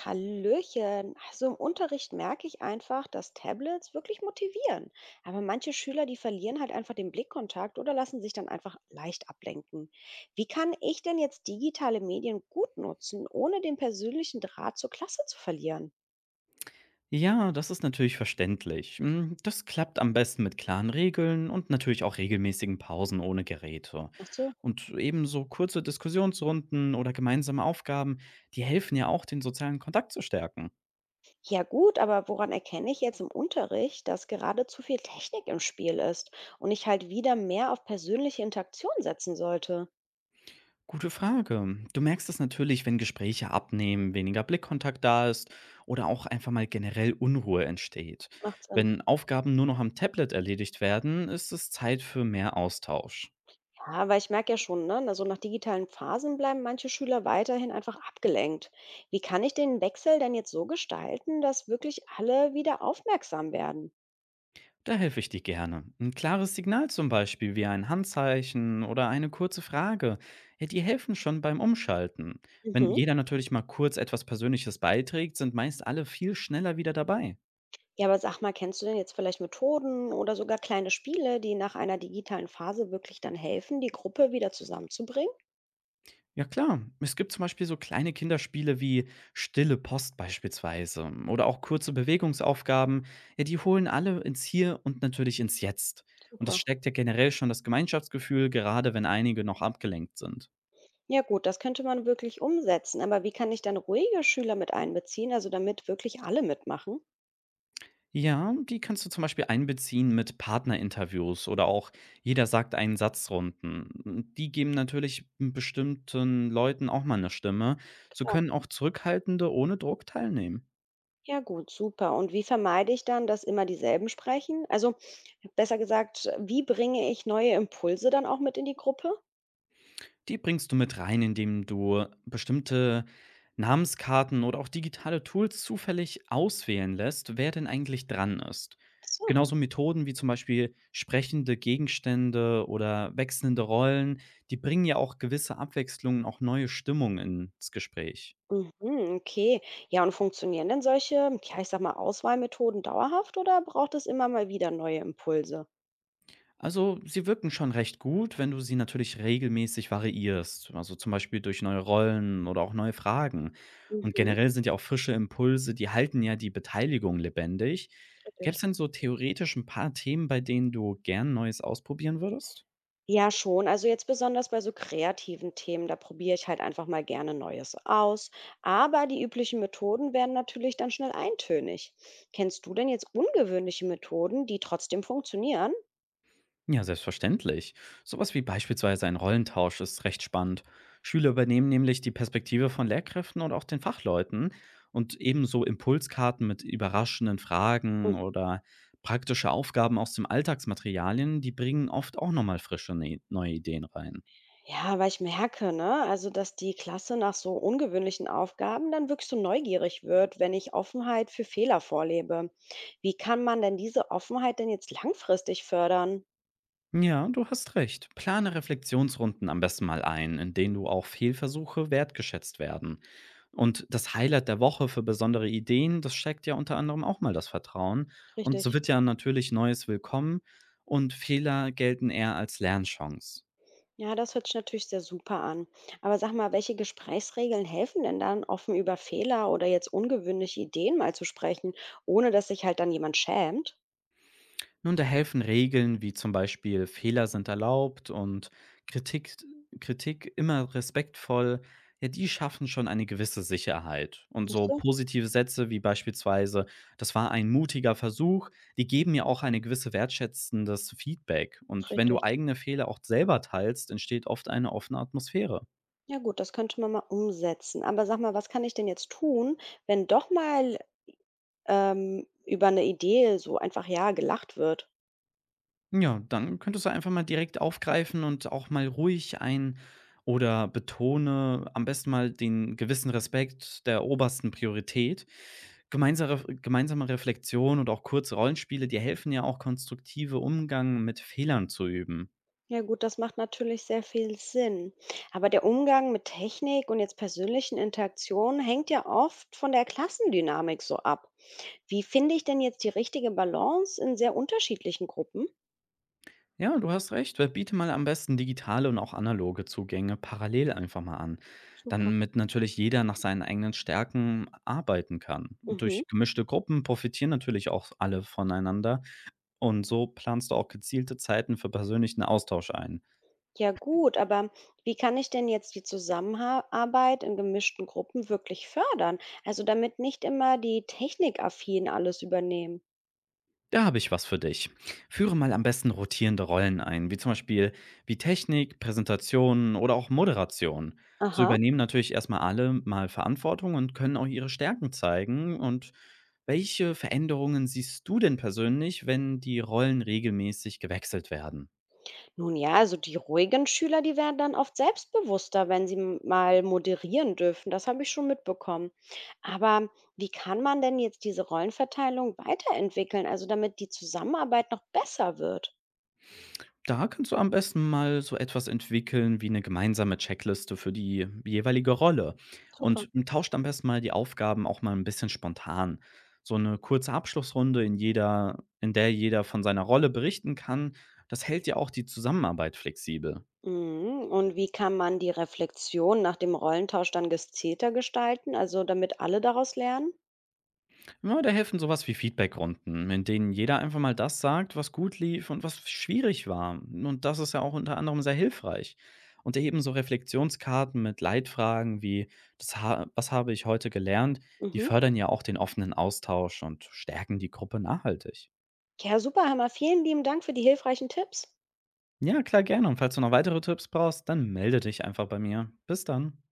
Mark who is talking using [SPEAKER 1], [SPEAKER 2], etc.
[SPEAKER 1] Hallöchen. Also im Unterricht merke ich einfach, dass Tablets wirklich motivieren. Aber manche Schüler, die verlieren halt einfach den Blickkontakt oder lassen sich dann einfach leicht ablenken. Wie kann ich denn jetzt digitale Medien gut nutzen, ohne den persönlichen Draht zur Klasse zu verlieren?
[SPEAKER 2] Ja, das ist natürlich verständlich. Das klappt am besten mit klaren Regeln und natürlich auch regelmäßigen Pausen ohne Geräte.
[SPEAKER 1] Ach so.
[SPEAKER 2] Und ebenso kurze Diskussionsrunden oder gemeinsame Aufgaben, die helfen ja auch, den sozialen Kontakt zu stärken.
[SPEAKER 1] Ja gut, aber woran erkenne ich jetzt im Unterricht, dass gerade zu viel Technik im Spiel ist und ich halt wieder mehr auf persönliche Interaktion setzen sollte?
[SPEAKER 2] Gute Frage. Du merkst es natürlich, wenn Gespräche abnehmen, weniger Blickkontakt da ist oder auch einfach mal generell Unruhe entsteht.
[SPEAKER 1] Macht Sinn.
[SPEAKER 2] Wenn Aufgaben nur noch am Tablet erledigt werden, ist es Zeit für mehr Austausch.
[SPEAKER 1] Ja, weil ich merke ja schon, ne, na so nach digitalen Phasen bleiben manche Schüler weiterhin einfach abgelenkt. Wie kann ich den Wechsel denn jetzt so gestalten, dass wirklich alle wieder aufmerksam werden?
[SPEAKER 2] Da helfe ich dir gerne. Ein klares Signal zum Beispiel wie ein Handzeichen oder eine kurze Frage, ja, die helfen schon beim Umschalten. Wenn
[SPEAKER 1] Mhm.
[SPEAKER 2] jeder natürlich mal kurz etwas Persönliches beiträgt, sind meist alle viel schneller wieder dabei.
[SPEAKER 1] Ja, aber sag mal, kennst du denn jetzt vielleicht Methoden oder sogar kleine Spiele, die nach einer digitalen Phase wirklich dann helfen, die Gruppe wieder zusammenzubringen?
[SPEAKER 2] Ja klar, es gibt zum Beispiel so kleine Kinderspiele wie Stille Post beispielsweise oder auch kurze Bewegungsaufgaben, ja, die holen alle ins Hier und natürlich ins Jetzt. Und das
[SPEAKER 1] Super.
[SPEAKER 2] stärkt ja generell schon das Gemeinschaftsgefühl, gerade wenn einige noch abgelenkt sind.
[SPEAKER 1] Ja gut, das könnte man wirklich umsetzen, aber wie kann ich dann ruhige Schüler mit einbeziehen, also damit wirklich alle mitmachen?
[SPEAKER 2] Ja, die kannst du zum Beispiel einbeziehen mit Partnerinterviews oder auch jeder sagt einen Satzrunden. Die geben natürlich bestimmten Leuten auch mal eine Stimme. So
[SPEAKER 1] Klar.
[SPEAKER 2] können auch Zurückhaltende ohne Druck teilnehmen.
[SPEAKER 1] Ja gut, super. Und wie vermeide ich dann, dass immer dieselben sprechen? Also besser gesagt, wie bringe ich neue Impulse dann auch mit in die Gruppe?
[SPEAKER 2] Die bringst du mit rein, indem du bestimmte Namenskarten oder auch digitale Tools zufällig auswählen lässt, wer denn eigentlich dran ist.
[SPEAKER 1] So.
[SPEAKER 2] Genauso Methoden wie zum Beispiel sprechende Gegenstände oder wechselnde Rollen, die bringen ja auch gewisse Abwechslungen, auch neue Stimmung ins Gespräch.
[SPEAKER 1] Mhm, okay. Ja, und funktionieren denn solche, ja, ich sag mal, Auswahlmethoden dauerhaft oder braucht es immer mal wieder neue Impulse?
[SPEAKER 2] Also, sie wirken schon recht gut, wenn du sie natürlich regelmäßig variierst. Also zum Beispiel durch neue Rollen oder auch neue Fragen. Und
[SPEAKER 1] Mhm,
[SPEAKER 2] generell sind ja auch frische Impulse, die halten ja die Beteiligung lebendig. Gäbe
[SPEAKER 1] richtig.
[SPEAKER 2] es denn so theoretisch ein paar Themen, bei denen du gern Neues ausprobieren würdest?
[SPEAKER 1] Ja, schon. Also jetzt besonders bei so kreativen Themen, da probiere ich halt einfach mal gerne Neues aus. Aber die üblichen Methoden werden natürlich dann schnell eintönig. Kennst du denn jetzt ungewöhnliche Methoden, die trotzdem funktionieren?
[SPEAKER 2] Ja, selbstverständlich. Sowas wie beispielsweise ein Rollentausch ist recht spannend. Schüler übernehmen nämlich die Perspektive von Lehrkräften und auch den Fachleuten und ebenso Impulskarten mit überraschenden Fragen
[SPEAKER 1] Mhm.
[SPEAKER 2] oder praktische Aufgaben aus dem Alltagsmaterialien, die bringen oft auch nochmal frische neue Ideen rein.
[SPEAKER 1] Ja, weil ich merke, ne, also dass die Klasse nach so ungewöhnlichen Aufgaben dann wirklich so neugierig wird, wenn ich Offenheit für Fehler vorlebe. Wie kann man denn diese Offenheit denn jetzt langfristig fördern?
[SPEAKER 2] Ja, du hast recht. Plane Reflexionsrunden am besten mal ein, in denen du auch Fehlversuche wertgeschätzt werden. Und das Highlight der Woche für besondere Ideen, das steckt ja unter anderem auch mal das Vertrauen. Und so
[SPEAKER 1] Richtig.
[SPEAKER 2] wird ja natürlich Neues willkommen und Fehler gelten eher als Lernchance.
[SPEAKER 1] Ja, das hört sich natürlich sehr super an. Aber sag mal, welche Gesprächsregeln helfen denn dann, offen über Fehler oder jetzt ungewöhnliche Ideen mal zu sprechen, ohne dass sich halt dann jemand schämt?
[SPEAKER 2] Nun, da helfen Regeln wie zum Beispiel Fehler sind erlaubt und Kritik, Kritik immer respektvoll, ja, die schaffen schon eine gewisse Sicherheit. Und
[SPEAKER 1] Ach
[SPEAKER 2] so
[SPEAKER 1] so,
[SPEAKER 2] positive Sätze wie beispielsweise, das war ein mutiger Versuch, die geben mir auch eine gewisse wertschätzendes Feedback. Und wenn
[SPEAKER 1] richtig.
[SPEAKER 2] du eigene Fehler auch selber teilst, entsteht oft eine offene Atmosphäre.
[SPEAKER 1] Ja gut, das könnte man mal umsetzen. Aber sag mal, was kann ich denn jetzt tun, wenn doch mal über eine Idee so einfach ja gelacht wird?
[SPEAKER 2] Ja, dann könntest du einfach mal direkt aufgreifen und auch mal ruhig ein oder betone am besten mal den gewissen Respekt der obersten Priorität. Gemeinsame Reflexion und auch kurze Rollenspiele, die helfen ja auch konstruktive Umgang mit Fehlern zu üben.
[SPEAKER 1] Ja gut, das macht natürlich sehr viel Sinn. Aber der Umgang mit Technik und jetzt persönlichen Interaktionen hängt ja oft von der Klassendynamik so ab. Wie finde ich denn jetzt die richtige Balance in sehr unterschiedlichen Gruppen?
[SPEAKER 2] Ja, du hast recht. Wir Biete mal am besten digitale und auch analoge Zugänge parallel einfach mal an.
[SPEAKER 1] Super.
[SPEAKER 2] Damit natürlich jeder nach seinen eigenen Stärken arbeiten kann.
[SPEAKER 1] Mhm.
[SPEAKER 2] Durch gemischte Gruppen profitieren natürlich auch alle voneinander. Und so planst du auch gezielte Zeiten für persönlichen Austausch ein.
[SPEAKER 1] Ja gut, aber wie kann ich denn jetzt die Zusammenarbeit in gemischten Gruppen wirklich fördern? Also damit nicht immer die Technikaffinen alles übernehmen.
[SPEAKER 2] Da habe ich was für dich. Führe mal am besten rotierende Rollen ein, wie zum Beispiel wie Technik, Präsentation oder auch Moderation. So
[SPEAKER 1] Aha.
[SPEAKER 2] übernehmen natürlich erstmal alle mal Verantwortung und können auch ihre Stärken zeigen. Und welche Veränderungen siehst du denn persönlich, wenn die Rollen regelmäßig gewechselt werden?
[SPEAKER 1] Nun ja, also die ruhigen Schüler, die werden dann oft selbstbewusster, wenn sie mal moderieren dürfen. Das habe ich schon mitbekommen. Aber wie kann man denn jetzt diese Rollenverteilung weiterentwickeln, also damit die Zusammenarbeit noch besser wird?
[SPEAKER 2] Da kannst du am besten mal so etwas entwickeln wie eine gemeinsame Checkliste für die jeweilige Rolle
[SPEAKER 1] Super.
[SPEAKER 2] und tauscht am besten mal die Aufgaben auch mal ein bisschen spontan. So eine kurze Abschlussrunde in der jeder von seiner Rolle berichten kann, das hält ja auch die Zusammenarbeit flexibel.
[SPEAKER 1] Mhm. Und wie kann man die Reflexion nach dem Rollentausch dann gezielter gestalten, also damit alle daraus lernen?
[SPEAKER 2] Ja, da helfen sowas wie Feedbackrunden, in denen jeder einfach mal das sagt, was gut lief und was schwierig war. Und das ist ja auch unter anderem sehr hilfreich. Und eben so Reflexionskarten mit Leitfragen wie, das ha was habe ich heute gelernt, die
[SPEAKER 1] Mhm.
[SPEAKER 2] fördern ja auch den offenen Austausch und stärken die Gruppe nachhaltig.
[SPEAKER 1] Ja, super, Hammer. Vielen lieben Dank für die hilfreichen Tipps.
[SPEAKER 2] Ja, klar, gerne. Und falls du noch weitere Tipps brauchst, dann melde dich einfach bei mir. Bis dann.